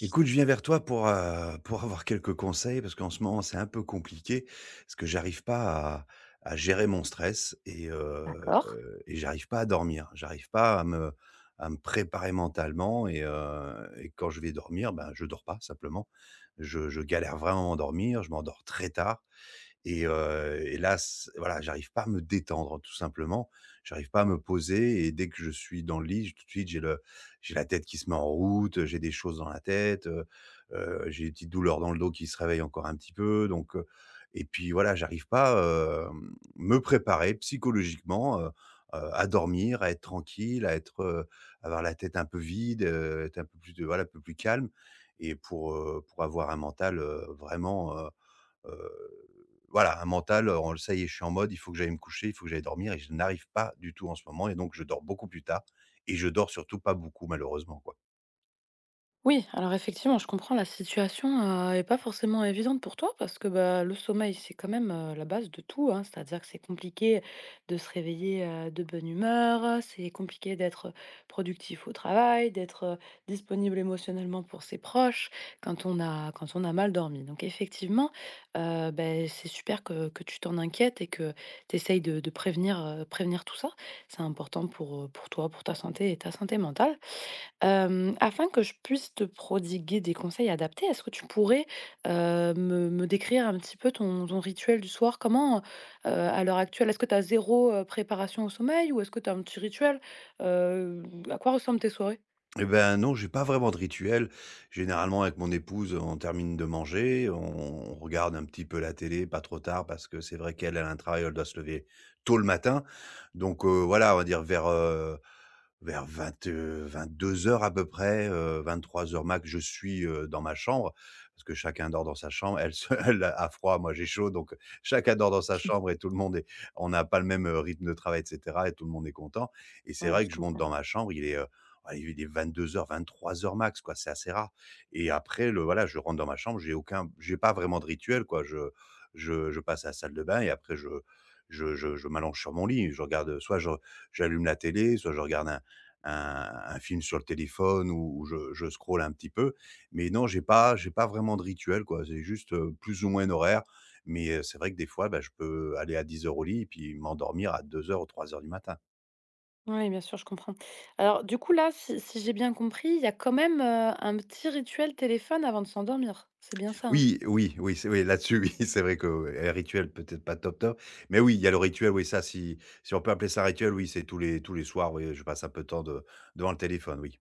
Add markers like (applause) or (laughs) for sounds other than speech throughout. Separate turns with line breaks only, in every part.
Écoute, je viens vers toi pour avoir quelques conseils parce qu'en ce moment, c'est un peu compliqué parce que j'arrive pas à gérer mon stress et heu
D'accord.
heu et j'arrive pas à dormir. J'arrive pas à me préparer mentalement et quand je vais dormir, ben, je dors pas simplement. Je galère vraiment à dormir, je m'endors très tard et heu et là, c voilà, j'arrive pas à me détendre, tout simplement. J'arrive pas à me poser et dès que je suis dans le lit, tout de suite, j'ai la tête qui se met en route, j'ai des choses dans la tête. J'ai des petites douleurs dans le dos qui se réveillent encore un petit peu, donc et puis voilà, j'arrive pas, me préparer psychologiquement, à dormir, à être tranquille, à être, avoir la tête un peu vide, être un peu plus de voilà, un peu plus calme et pour avoir un mental, vraiment, heu, voilà, un mental, en ça y est, je suis en mode: «Il faut que j'aille me coucher, il faut que j'aille dormir» et je n'arrive pas du tout en ce moment et donc je dors beaucoup plus tard et je dors surtout pas beaucoup malheureusement, quoi.
Oui, alors effectivement, je comprends, la situation, est pas forcément évidente pour toi parce que, bah, le sommeil, c'est quand même, la base de tout, hein. C'est-à-dire que c'est compliqué de se réveiller, de bonne humeur, c'est compliqué d'être, productif au travail, d'être, disponible émotionnellement pour ses proches quand on a mal dormi. Donc effectivement, c'est super que tu t'en inquiètes et que tu essayes de prévenir, prévenir tout ça. C'est important pour, pour toi, pour ta santé et ta santé mentale. Afin que je puisse te prodiguer des conseils adaptés, est-ce que tu pourrais, me décrire un petit peu ton rituel du soir? Comment, à l'heure actuelle, est-ce que tu as 0, préparation au sommeil ou est-ce que tu as un petit rituel? Heu, à quoi ressemblent tes soirées?
Et ben non, j'ai pas vraiment de rituel. Généralement, avec mon épouse, on termine de manger, on regarde un petit peu la télé, pas trop tard, parce que c'est vrai qu'elle, elle a un travail, elle doit se lever tôt le matin. Donc, voilà, on va dire vers 22 heures à peu près, 23 heures max, je suis, dans ma chambre, parce que chacun dort dans sa chambre. Elle se (laughs) elle a froid, moi j'ai chaud, donc chacun dort dans sa chambre et tout le monde est on n'a pas le même, rythme de travail et cetera et tout le monde est content et c'est
Ouais,
vrai
je
que je monte
comprends.
dans ma chambre, Ouais, il est 22:00, heures 23 heures max, quoi, c'est assez rare et après le voilà, je rentre dans ma chambre, j'ai pas vraiment de rituel, quoi. Je passe à la salle de bain et après je m'allonge sur mon lit. Je regarde, soit je j'allume la télé, soit je regarde un film sur le téléphone ou je scrolle un petit peu, mais non, j'ai pas vraiment de rituel, quoi. C'est juste, plus ou moins un horaire, mais c'est vrai que des fois, bah, je peux aller à 10 heures au lit et puis m'endormir à 2 heures ou 3 heures du matin.
Oui, bien sûr, je comprends. Alors du coup, là, si j'ai bien compris, il y a quand même, un petit rituel téléphone avant de s'endormir. C'est bien ça, hein?
Oui, oui, oui, c'est oui, là-dessus, oui, (laughs) c'est vrai que, ouais, rituel peut-être pas top, top, mais oui, il y a le rituel, oui, ça si on peut appeler ça rituel, oui, c'est tous les soirs, oui, je passe un peu de temps de devant le téléphone, oui.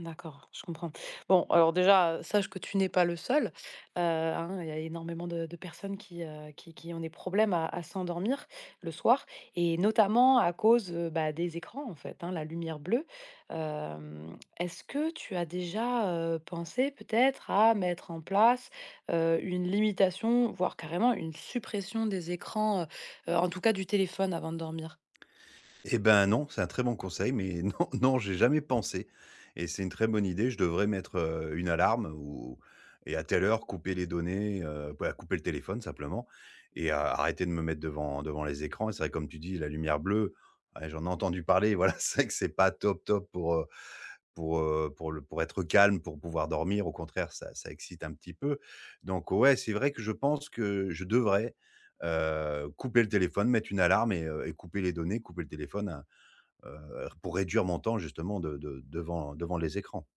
D'accord, je comprends. Bon, alors déjà, sache que tu n'es pas le seul, hein, il y a énormément de personnes qui, qui ont des problèmes à s'endormir le soir et notamment à cause, bah, des écrans, en fait, hein, la lumière bleue. Est-ce que tu as déjà, pensé peut-être à mettre en place, une limitation, voire carrément une suppression des écrans, en tout cas du téléphone avant de dormir?
Eh ben, non, c'est un très bon conseil, mais (laughs) non, non, j'ai jamais pensé et c'est une très bonne idée. Je devrais mettre, une alarme ou et à telle heure couper les données, bah, couper le téléphone simplement et a arrêter de me mettre devant les écrans et c'est vrai comme tu dis la lumière bleue, ouais, j'en ai entendu parler, (laughs) voilà, c'est vrai que c'est pas top, top pour être calme, pour pouvoir dormir, au contraire, ça excite un petit peu. Donc ouais, c'est vrai que je pense que je devrais, couper le téléphone, mettre une alarme et couper les données, couper le téléphone, hein, pour réduire mon temps justement de devant les écrans.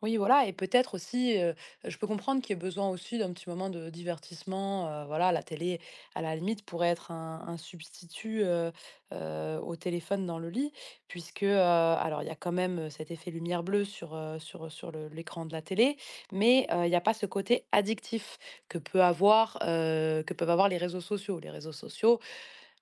Oui, voilà, et peut-être aussi, je peux comprendre qu'il y ait besoin aussi d'un petit moment de divertissement, voilà, la télé, à la limite, pourrait être un substitut, au téléphone dans le lit puisque, alors, il y a quand même, cet effet lumière bleue sur, sur le l'écran de la télé, mais, il n'y a pas ce côté addictif que peut avoir, que peuvent avoir les réseaux sociaux. Les réseaux sociaux,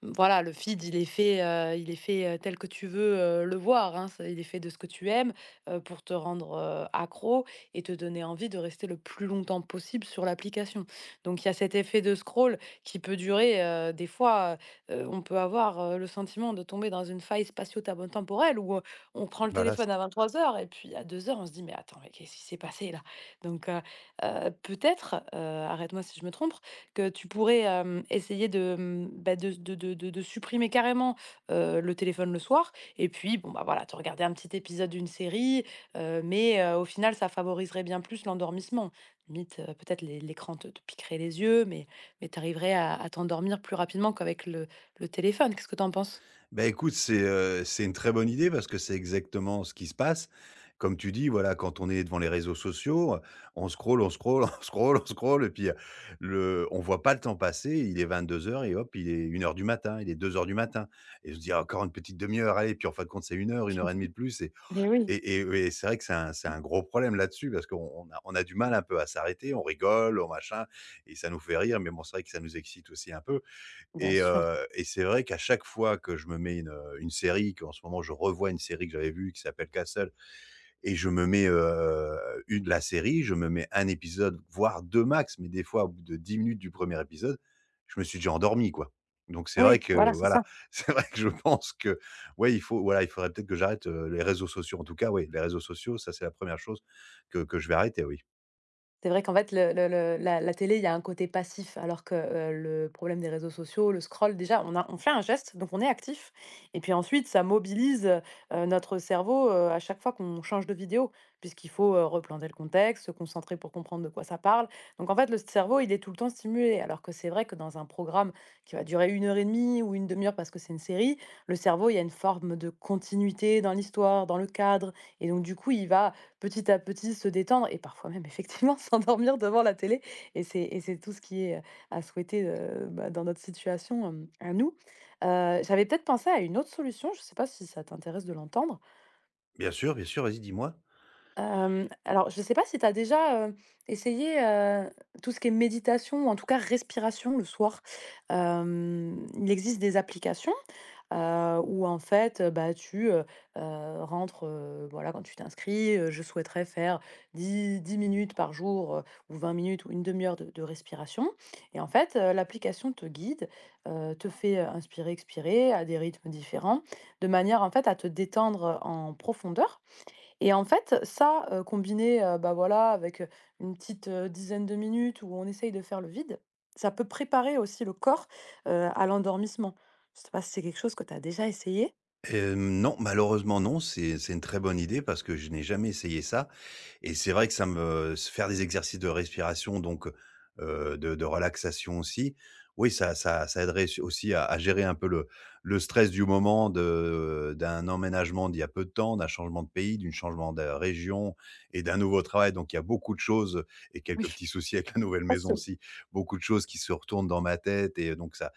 voilà, le feed, il est fait, tel que tu veux, le voir, hein. C'est Il est fait de ce que tu aimes, pour te rendre, accro et te donner envie de rester le plus longtemps possible sur l'application. Donc il y a cet effet de scroll qui peut durer, des fois, on peut avoir, le sentiment de tomber dans une faille spatio temporelle où, on prend le
Voilà.
téléphone à 23 h et puis à 2 h on se dit: «Mais attends, mais qu'est-ce qui s'est passé là?» Donc peut-être, arrête-moi si je me trompe que tu pourrais, essayer de, bah, de supprimer carrément, le téléphone le soir et puis, bon, bah, voilà, te regarder un petit épisode d'une série, mais au final, ça favoriserait bien plus l'endormissement. Limite, peut-être l'écran te piquerait les yeux, mais tu arriverais à t'endormir plus rapidement qu'avec le téléphone. Qu'est-ce que tu en penses?
Bah, écoute, c'est une très bonne idée parce que c'est exactement ce qui se passe. Comme tu dis, voilà, quand on est devant les réseaux sociaux, on scrolle, (laughs) on scrolle et puis, le on voit pas le temps passer, il est 22 heures et hop, il est 1 heure du matin, il est 2 heures du matin et on se dit: «Ah encore une petite demi-heure heure, allez» puis en fin de compte, c'est 1 heure, 1 heure et demie de plus
Eh oui.
et et et c'est vrai que c'est un gros problème là-dessus parce qu'on on a du mal un peu à s'arrêter, on rigole, on machin et ça nous fait rire mais bon, c'est vrai que ça nous excite aussi un peu.
Bien
Et
sûr.
heu et c'est vrai qu'à chaque fois que je me mets une série, qu'en ce moment je revois une série que j'avais vue qui s'appelle Castle et je me mets, une la série, je me mets un épisode, voire 2 max, mais des fois au bout de 10 minutes du premier épisode, je me suis déjà endormi, quoi. Donc c'est vrai
Oui,
que,
voilà, c'est
voilà,
ça.
(laughs) c'est vrai que je pense que, ouais, il faut voilà, il faudrait peut-être que j'arrête, les réseaux sociaux. En tout cas, oui les réseaux sociaux, ça c'est la première chose que je vais arrêter, oui.
C'est vrai qu'en fait, le la la télé, il y a un côté passif, alors que, le problème des réseaux sociaux, le scroll, déjà, on fait un geste, donc on est actif et puis ensuite, ça mobilise, notre cerveau, à chaque fois qu'on change de vidéo, puisqu'il faut, replanter le contexte, se concentrer pour comprendre de quoi ça parle. Donc en fait, le cerveau, il est tout le temps stimulé, alors que c'est vrai que dans un programme qui va durer une heure et demie ou une demi heure parce que c'est une série, le cerveau, il y a une forme de continuité dans l'histoire, dans le cadre et donc du coup, il va petit à petit se détendre et parfois même effectivement (laughs) s'endormir devant la télé et c'est tout ce qui est, à souhaiter, bah, dans notre situation, à nous. J'avais peut-être pensé à une autre solution, je ne sais pas si ça t'intéresse de l'entendre?
Bien sûr, vas-y, dis-moi.
Alors, je ne sais pas si tu as déjà, essayé, tout ce qui est méditation ou en tout cas respiration le soir? Il existe des applications où en fait, bah, tu, rentres, voilà, quand tu t'inscris, «Je souhaiterais faire dix minutes par jour, ou 20 minutes ou une demi heure de respiration» et en fait, l'application te guide, te fait, inspirer, expirer à des rythmes différents, de manière en fait à te détendre, en profondeur et en fait, ça, combiné, bah, voilà, avec, une petite, dizaine de minutes où on essaye de faire le vide, ça peut préparer aussi le corps, à l'endormissement. Je sais pas si c'est quelque chose que tu as déjà essayé?
Non, malheureusement non, c'est une très bonne idée parce que je n'ai jamais essayé ça. Et c'est vrai que ça me faire des exercices de respiration donc, de relaxation aussi, oui ça aiderait su aussi à gérer un peu le stress du moment de d'un emménagement d'il y a peu de temps, d'un changement de pays, d'une changement de région et d'un nouveau travail. Donc il y a beaucoup de choses et
Oui.
quelques petits soucis avec la nouvelle maison aussi. Beaucoup de choses qui se retournent dans ma tête et donc ça,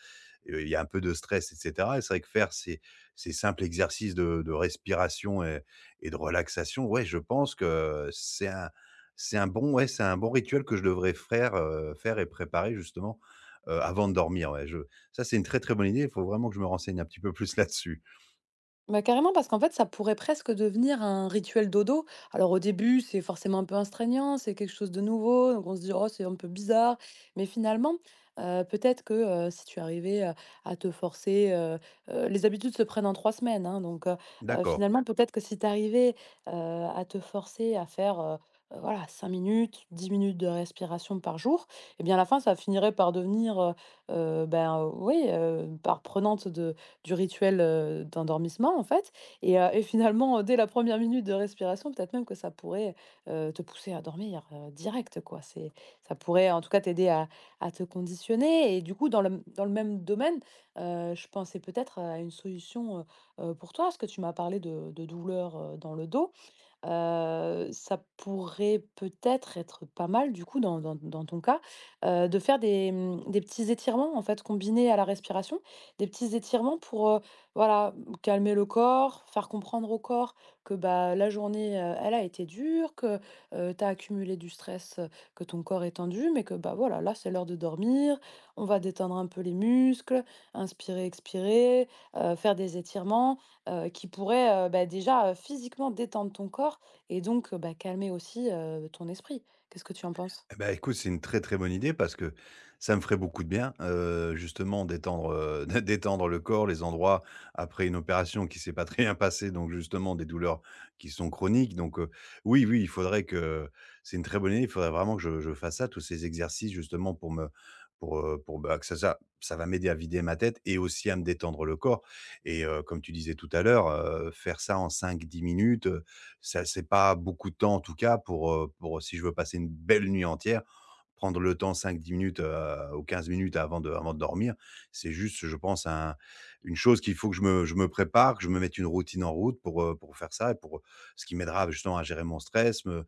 il y a un peu de stress et cetera et c'est vrai que faire ces simples exercices de respiration et de relaxation, ouais, je pense que c'est un bon ouais, c'est un bon rituel que je devrais faire, faire et préparer justement, avant de dormir, ouais. Je Ça, c'est une très, très bonne idée, il faut vraiment que je me renseigne un petit peu (laughs) plus là-dessus.
Bah, carrément, parce qu'en fait, ça pourrait presque devenir un rituel dodo. Alors, au début, c'est forcément un peu astreignant, c'est quelque chose de nouveau, donc on se dit, oh, c'est un peu bizarre. Mais finalement, peut-être que si tu arrivais à te forcer, les habitudes se prennent en 3 semaines, hein, donc
D'accord.
finalement, peut-être que si tu arrivais à te forcer à faire. Voilà, 5 minutes, 10 minutes de respiration par jour, et bien à la fin, ça finirait par devenir, ben oui, par prenante du rituel, d'endormissement, en fait et finalement, dès la première minute de respiration, peut-être même que ça pourrait, te pousser à dormir, direct, quoi. C'est Ça pourrait, en tout cas, t'aider à te conditionner et du coup, dans le même domaine, je pensais peut-être à une solution, pour toi, parce que tu m'as parlé de douleurs, dans le dos. Ça pourrait peut-être être pas mal du coup dans ton cas, de faire des petits étirements en fait combinés à la respiration. Des petits étirements pour, voilà, calmer le corps, faire comprendre au corps que, bah, la journée, elle a été dure, que, tu as accumulé du stress, que ton corps est tendu, mais que, bah, voilà, là, c'est l'heure de dormir. On va détendre un peu les muscles, inspirer, expirer, faire des étirements qui pourrait, bah, déjà, physiquement détendre ton corps et donc, bah, calmer aussi, ton esprit. Qu'est-ce que tu en penses?
Eh bah, écoute, c'est une très, très bonne idée parce que ça me ferait beaucoup de bien, justement d'étendre, (laughs) d'étendre le corps, les endroits après une opération qui s'est pas très bien passée, donc justement des douleurs qui sont chroniques, donc oui, oui, il faudrait que c'est une très bonne idée, il faudrait vraiment que je fasse ça, tous ces exercices justement pour, bah, que ça va m'aider à vider ma tête et aussi à me détendre le corps et comme tu disais tout à l'heure, faire ça en cinq dix minutes, ça c'est pas beaucoup de temps en tout cas pour si je veux passer une belle nuit entière, prendre le temps cinq dix minutes, ou 15 minutes avant de dormir. C'est juste, je pense, un une chose qu'il faut que je me prépare, que je me mette une routine en route pour faire ça et pour ce qui m'aidera justement à gérer mon stress,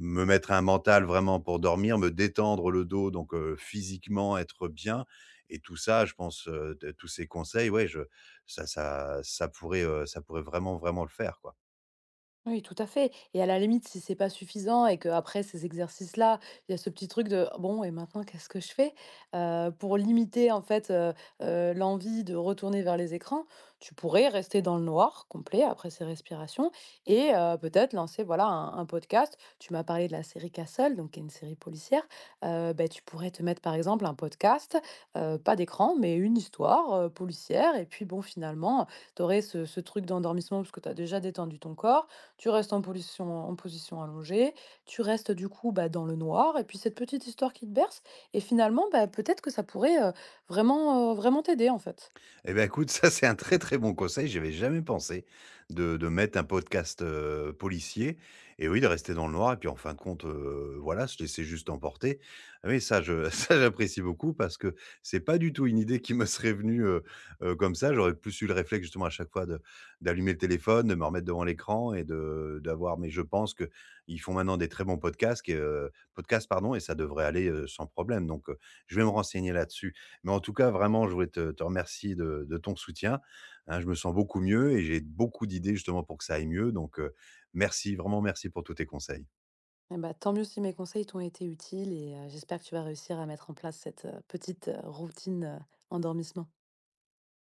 me mettre un mental vraiment pour dormir, me détendre le dos, donc physiquement être bien et tout ça, je pense, de tous ces conseils, ouais, je ça ça ça pourrait vraiment, vraiment le faire, quoi.
Oui, tout à fait et à la limite, si c'est pas suffisant et que après ces exercices-là, il y a ce petit truc de: «Ah, bon, et maintenant qu'est-ce que je fais?» Pour limiter en fait, l'envie de retourner vers les écrans, tu pourrais rester dans le noir complet après ces respirations et peut-être lancer voilà un podcast. Tu m'as parlé de la série Castle, donc qui est une série policière, beh, tu pourrais te mettre par exemple un podcast, pas d'écran mais une histoire, policière et puis bon finalement, tu aurais ce truc d'endormissement parce que tu as déjà détendu ton corps tu restes en position allongée, tu restes du coup, bah, dans le noir et puis cette petite histoire qui te berce et finalement, bah, peut-être que ça pourrait, vraiment t'aider, en fait.
Eh ben, écoute, ça, c'est un très, très bon conseil. J'y avais jamais pensé de mettre un podcast, policier et oui, de rester dans le noir et puis, en fin de compte, voilà, se laisser juste emporter. Ah oui, ça, je (laughs) ça, j'apprécie beaucoup parce que c'est pas du tout une idée qui me serait venue, comme ça. J'aurais plus eu le réflexe, justement, à chaque fois de d'allumer le téléphone, de me remettre devant l'écran et de d'avoir mais je pense que ils font maintenant des très bons podcasts podcasts, pardon et ça devrait aller, sans problème donc je vais me renseigner là-dessus. Mais en tout cas, vraiment, je voulais te remercier de ton soutien, hein. Je me sens beaucoup mieux et j'ai beaucoup d'idées justement pour que ça aille mieux donc, merci, vraiment merci pour tous tes conseils.
Et bah, tant mieux si mes conseils t'ont été utiles et j'espère que tu vas réussir à mettre en place cette, petite, routine, endormissement.